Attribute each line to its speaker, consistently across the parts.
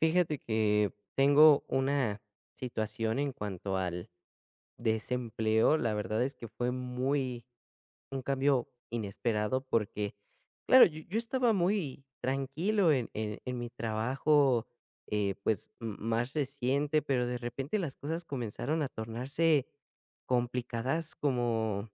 Speaker 1: Fíjate que tengo una situación en cuanto al desempleo. La verdad es que fue muy un cambio inesperado porque, claro, yo estaba muy tranquilo en mi trabajo, pues más reciente, pero de repente las cosas comenzaron a tornarse complicadas como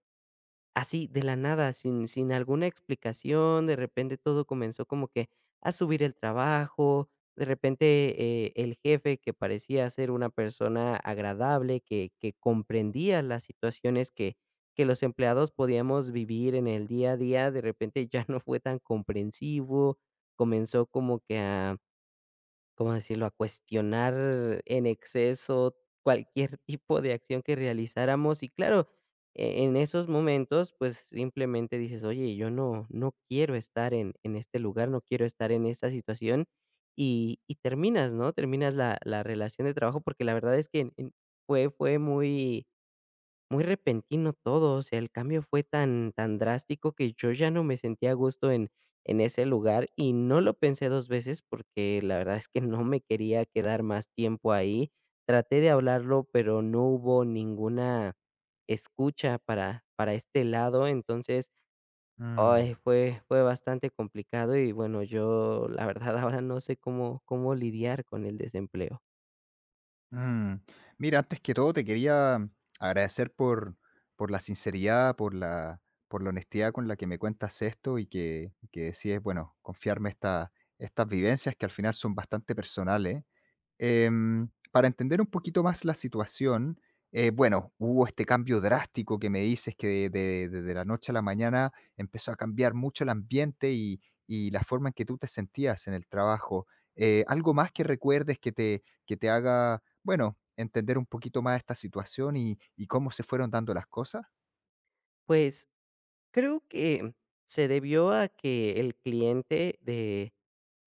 Speaker 1: así, de la nada, sin alguna explicación, de repente todo comenzó como que a subir el trabajo. De repente, el jefe que parecía ser una persona agradable, que comprendía las situaciones que los empleados podíamos vivir en el día a día, de repente ya no fue tan comprensivo, comenzó como que a, ¿cómo decirlo?, a cuestionar en exceso cualquier tipo de acción que realizáramos. Y claro, en esos momentos, pues, simplemente dices: "Oye, yo no quiero estar en este lugar, no quiero estar en esta situación", y terminas, ¿no? Terminas la relación de trabajo, porque la verdad es que en fue muy repentino todo, o sea, el cambio fue tan drástico que yo ya no me sentía a gusto en ese lugar, y no lo pensé 2 veces porque la verdad es que no me quería quedar más tiempo ahí. Traté de hablarlo, pero no hubo ninguna escucha para este lado. Entonces,
Speaker 2: Mm,
Speaker 1: ay, fue bastante complicado y, bueno, yo la verdad ahora no sé cómo lidiar con el desempleo.
Speaker 2: mm. Mira, antes que todo te quería agradecer por la sinceridad, por la honestidad con la que me cuentas esto y que decides, bueno, confiarme estas vivencias que al final son bastante personales. Para entender un poquito más la situación, bueno, hubo este cambio drástico que me dices que de la noche a la mañana empezó a cambiar mucho el ambiente y la forma en que tú te sentías en el trabajo. ¿Algo más que recuerdes que te haga, bueno, entender un poquito más esta situación y cómo se fueron dando las cosas?
Speaker 1: Pues creo que se debió a que el cliente de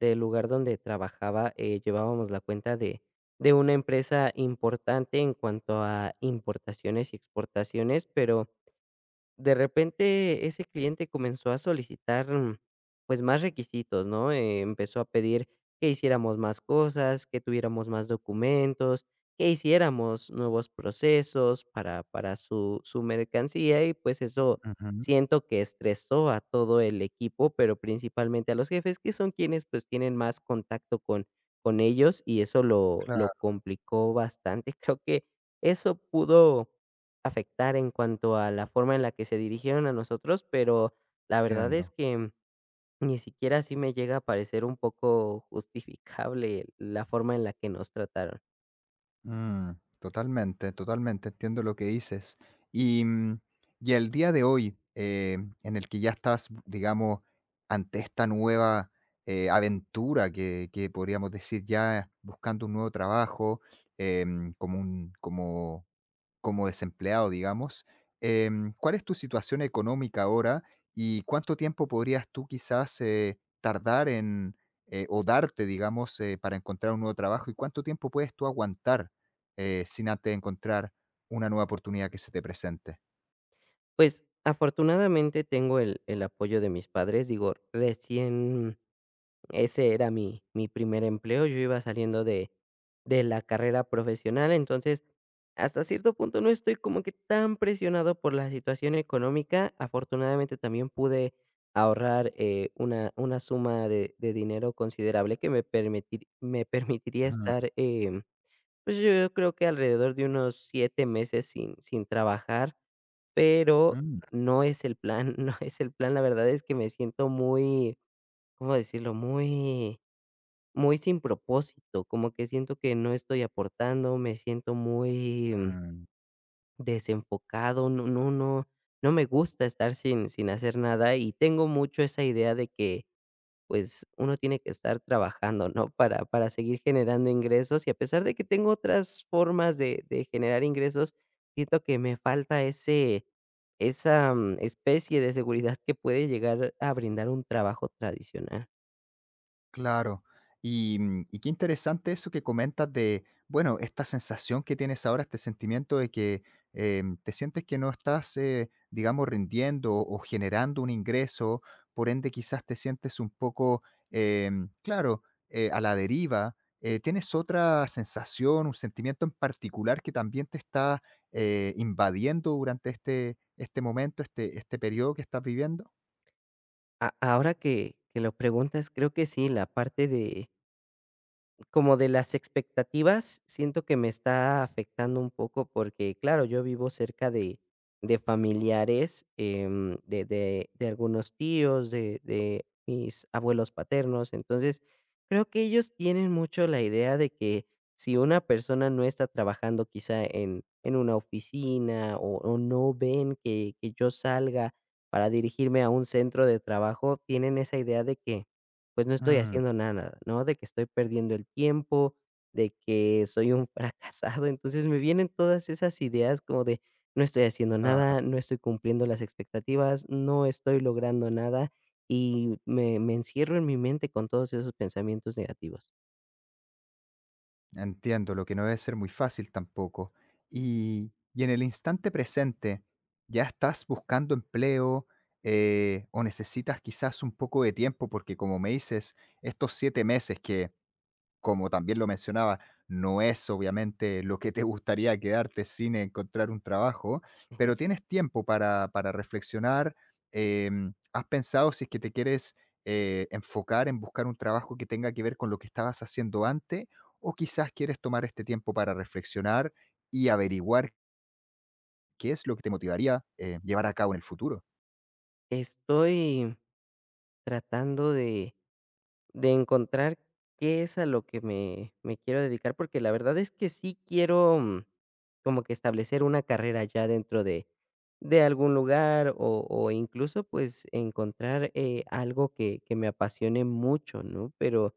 Speaker 1: del lugar donde trabajaba, llevábamos la cuenta de una empresa importante en cuanto a importaciones y exportaciones, pero de repente ese cliente comenzó a solicitar, pues, más requisitos, ¿no? Empezó a pedir que hiciéramos más cosas, que tuviéramos más documentos, que hiciéramos nuevos procesos para su mercancía. Y, pues, eso
Speaker 2: Ujú,
Speaker 1: siento que estresó a todo el equipo, pero principalmente a los jefes, que son quienes, pues, tienen más contacto con ellos, y eso lo
Speaker 2: claro,
Speaker 1: complicó bastante. Creo que eso pudo afectar en cuanto a la forma en la que se dirigieron a nosotros, pero la verdad es
Speaker 2: entiendo.
Speaker 1: que ni siquiera así me llega a parecer un poco justificable la forma en la que nos trataron.
Speaker 2: Mm, totalmente, totalmente entiendo lo que dices. Y, mm, y el día de hoy, en el que ya estás, digamos, ante esta nueva aventura que podríamos decir ya buscando un nuevo trabajo, como un, como como desempleado, digamos, ¿cuál es tu situación económica ahora y cuánto tiempo podrías tú quizás tardar en o darte, digamos, para encontrar un nuevo trabajo? ¿Y cuánto tiempo puedes tú aguantar sin antes encontrar una nueva oportunidad que se te presente?
Speaker 1: Pues afortunadamente tengo el apoyo de mis padres. Digo, recién, ese era mi primer empleo, yo iba saliendo de la carrera profesional. Entonces, hasta cierto punto no estoy como que tan presionado por la situación económica. Afortunadamente, también pude ahorrar, una suma de dinero considerable que me permitiría estar, pues, yo creo que alrededor de unos 7 meses sin trabajar, pero
Speaker 2: Ujú,
Speaker 1: no es el plan. No es el plan. La verdad es que me siento muy, ¿cómo decirlo? Muy sin propósito, como que siento que no estoy aportando, me siento muy,
Speaker 2: mm,
Speaker 1: desenfocado, no me gusta estar sin hacer nada, y tengo mucho esa idea de que, pues, uno tiene que estar trabajando, ¿no?, para seguir generando ingresos, y a pesar de que tengo otras formas de generar ingresos, siento que me falta ese especie de seguridad que puede llegar a brindar un trabajo tradicional.
Speaker 2: claro. Y qué interesante eso que comentas de, bueno, esta sensación que tienes ahora, este sentimiento de que te sientes que no estás, digamos, rindiendo o generando un ingreso, por ende quizás te sientes un poco, claro, a la deriva. ¿Tienes otra sensación, un sentimiento en particular que también te está invadiendo durante este momento, este periodo que estás viviendo?
Speaker 1: A Ahora que lo preguntas, creo que sí, la parte de, como, de las expectativas, siento que me está afectando un poco porque, claro, yo vivo cerca de familiares, de algunos tíos, de mis abuelos paternos. Entonces, creo que ellos tienen mucho la idea de que si una persona no está trabajando quizá en una oficina, o no ven que yo salga para dirigirme a un centro de trabajo, tienen esa idea de que, pues, no estoy
Speaker 2: Mm,
Speaker 1: haciendo nada, ¿no? De que estoy perdiendo el tiempo, de que soy un fracasado. Entonces me vienen todas esas ideas como de no estoy haciendo
Speaker 2: claro.
Speaker 1: nada, no estoy cumpliendo las expectativas, no estoy logrando nada, y me encierro en mi mente con todos esos pensamientos negativos.
Speaker 2: Entiendo, lo que no debe ser muy fácil tampoco. Y en el instante presente, ¿ya estás buscando empleo o necesitas quizás un poco de tiempo? Porque como me dices, estos 7 meses que, como también lo mencionaba, no es obviamente lo que te gustaría quedarte sin encontrar un trabajo, pero tienes tiempo para reflexionar. ¿Has pensado si es que te quieres enfocar en buscar un trabajo que tenga que ver con lo que estabas haciendo antes? ¿O quizás quieres tomar este tiempo para reflexionar y averiguar qué es lo que te motivaría llevar a cabo en el futuro?
Speaker 1: Estoy tratando de encontrar qué es a lo que me quiero dedicar, porque la verdad es que sí quiero, como que establecer una carrera ya dentro de algún lugar o incluso, pues, encontrar, algo que me apasione mucho, ¿no? Pero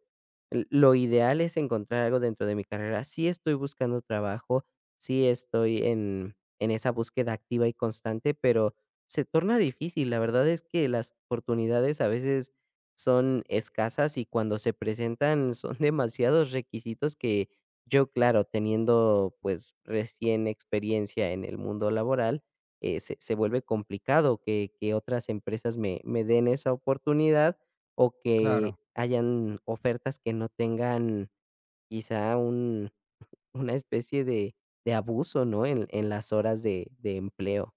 Speaker 1: l lo ideal es encontrar algo dentro de mi carrera. Sí estoy buscando trabajo, sí estoy en esa búsqueda activa y constante, pero se torna difícil. La verdad es que las oportunidades a veces son escasas y cuando se presentan son demasiados requisitos que yo, claro, teniendo pues recién experiencia en el mundo laboral, se vuelve complicado que otras empresas me den esa oportunidad, o que
Speaker 2: Claro.
Speaker 1: hayan ofertas que no tengan quizá una especie de abuso, ¿no? En las horas de empleo.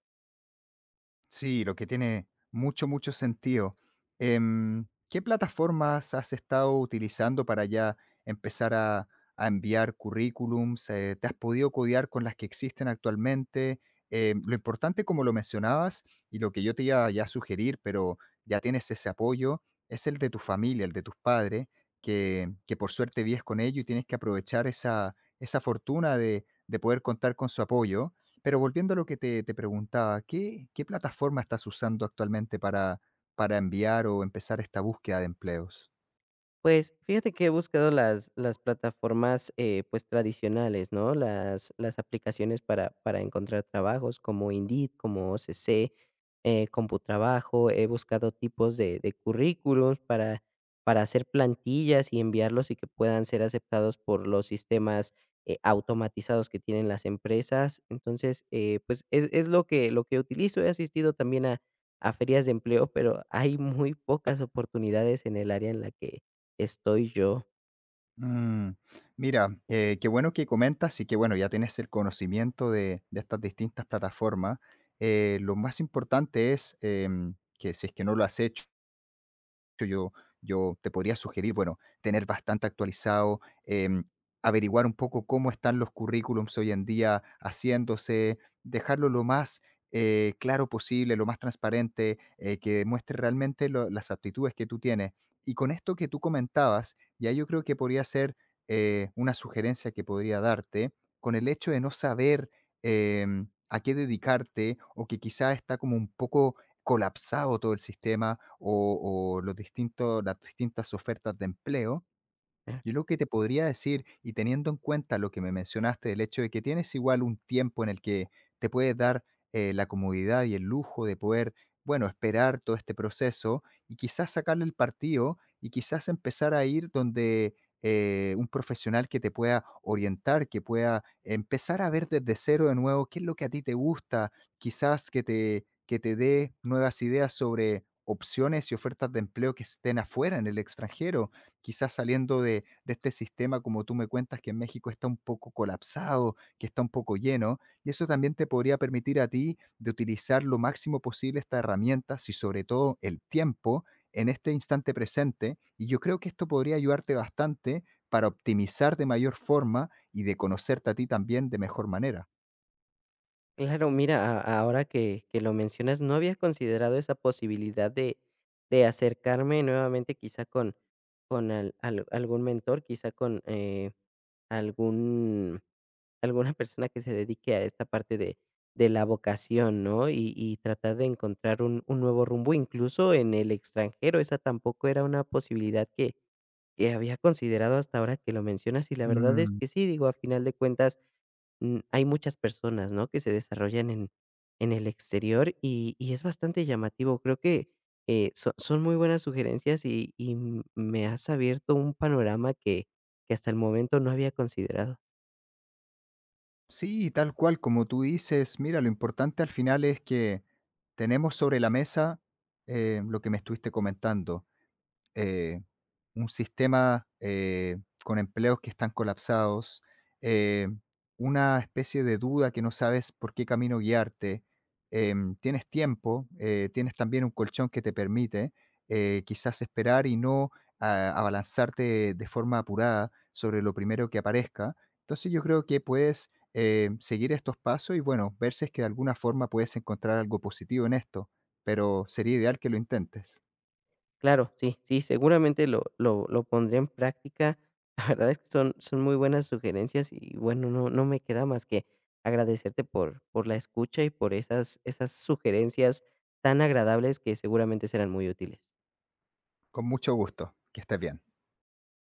Speaker 2: Sí, lo que tiene mucho, mucho sentido. ¿Qué plataformas has estado utilizando para ya empezar a enviar currículums? ¿Te has podido codear con las que existen actualmente? Lo importante, como lo mencionabas, y lo que yo te iba ya a sugerir, pero ya tienes ese apoyo, es el de tu familia, el de tus padres, que por suerte vives con ellos y tienes que aprovechar esa fortuna de poder contar con su apoyo. Pero volviendo a lo que te preguntaba, ¿qué plataforma estás usando actualmente para enviar o empezar esta búsqueda de empleos?
Speaker 1: Pues, fíjate que he buscado las plataformas, pues, tradicionales, ¿no? Las aplicaciones para encontrar trabajos como Indeed, como OCC, Computrabajo. He buscado tipos de currículums para hacer plantillas y enviarlos y que puedan ser aceptados por los sistemas, automatizados que tienen las empresas. Entonces, pues, es lo que utilizo. He asistido también a ferias de empleo, pero hay muy pocas oportunidades en el área en la que estoy yo.
Speaker 2: Mm, Mira, qué bueno que comentas y que, bueno, ya tienes el conocimiento de estas distintas plataformas. Lo más importante es, que si es que no lo has hecho, yo, yo te podría sugerir, bueno, tener bastante actualizado, averiguar un poco cómo están los currículums hoy en día haciéndose, dejarlo lo más claro posible, lo más transparente, que demuestre realmente las aptitudes que tú tienes. Y con esto que tú comentabas, ya yo creo que podría ser una sugerencia que podría darte, con el hecho de no saber a qué dedicarte, o que quizá está como un poco colapsado todo el sistema, o las distintas ofertas de empleo,
Speaker 1: Ah,
Speaker 2: yo lo que te podría decir, y teniendo en cuenta lo que me mencionaste, del hecho de que tienes igual un tiempo en el que te puedes dar la comodidad y el lujo de poder, bueno, esperar todo este proceso y quizás sacarle el partido, y quizás empezar a ir donde un profesional que te pueda orientar, que pueda empezar a ver desde cero de nuevo qué es lo que a ti te gusta, quizás que que te dé nuevas ideas sobre opciones y ofertas de empleo que estén afuera, en el extranjero. Quizás saliendo de este sistema, como tú me cuentas, que en México está un poco colapsado, que está un poco lleno, y eso también te podría permitir a ti de utilizar lo máximo posible esta herramienta, y sobre todo el tiempo en este instante presente, y yo creo que esto podría ayudarte bastante para optimizar de mayor forma y de conocerte a ti también de mejor manera.
Speaker 1: claro, mira, a ahora que lo mencionas, no había considerado esa posibilidad de acercarme nuevamente, quizá con al al algún mentor, quizá con, algún alguna persona que se dedique a esta parte de la vocación, ¿no? Y tratar de encontrar un nuevo rumbo, incluso en el extranjero. Esa tampoco era una posibilidad que había considerado hasta ahora que lo mencionas, y la verdad es
Speaker 2: Mm,
Speaker 1: que sí, digo, a final de cuentas, hay muchas personas, ¿no?, que se desarrollan en el exterior, y es bastante llamativo. Creo que son muy buenas sugerencias, y me has abierto un panorama que hasta el momento no había considerado.
Speaker 2: sí, tal cual como tú dices, mira, lo importante al final es que tenemos sobre la mesa, lo que me estuviste comentando. eh, un sistema con empleos que están colapsados, eh, una especie de duda que no sabes por qué camino guiarte, tienes tiempo, tienes también un colchón que te permite quizás esperar y no abalanzarte de forma apurada sobre lo primero que aparezca. Entonces yo creo que puedes seguir estos pasos y, bueno, ver si es que de alguna forma puedes encontrar algo positivo en esto, pero sería ideal que lo intentes.
Speaker 1: Claro, sí, sí, seguramente lo pondré en práctica. La verdad es que son muy buenas sugerencias y, bueno, no me queda más que agradecerte por la escucha y por esas sugerencias tan agradables que seguramente serán muy útiles.
Speaker 2: Con mucho gusto. Que estés bien.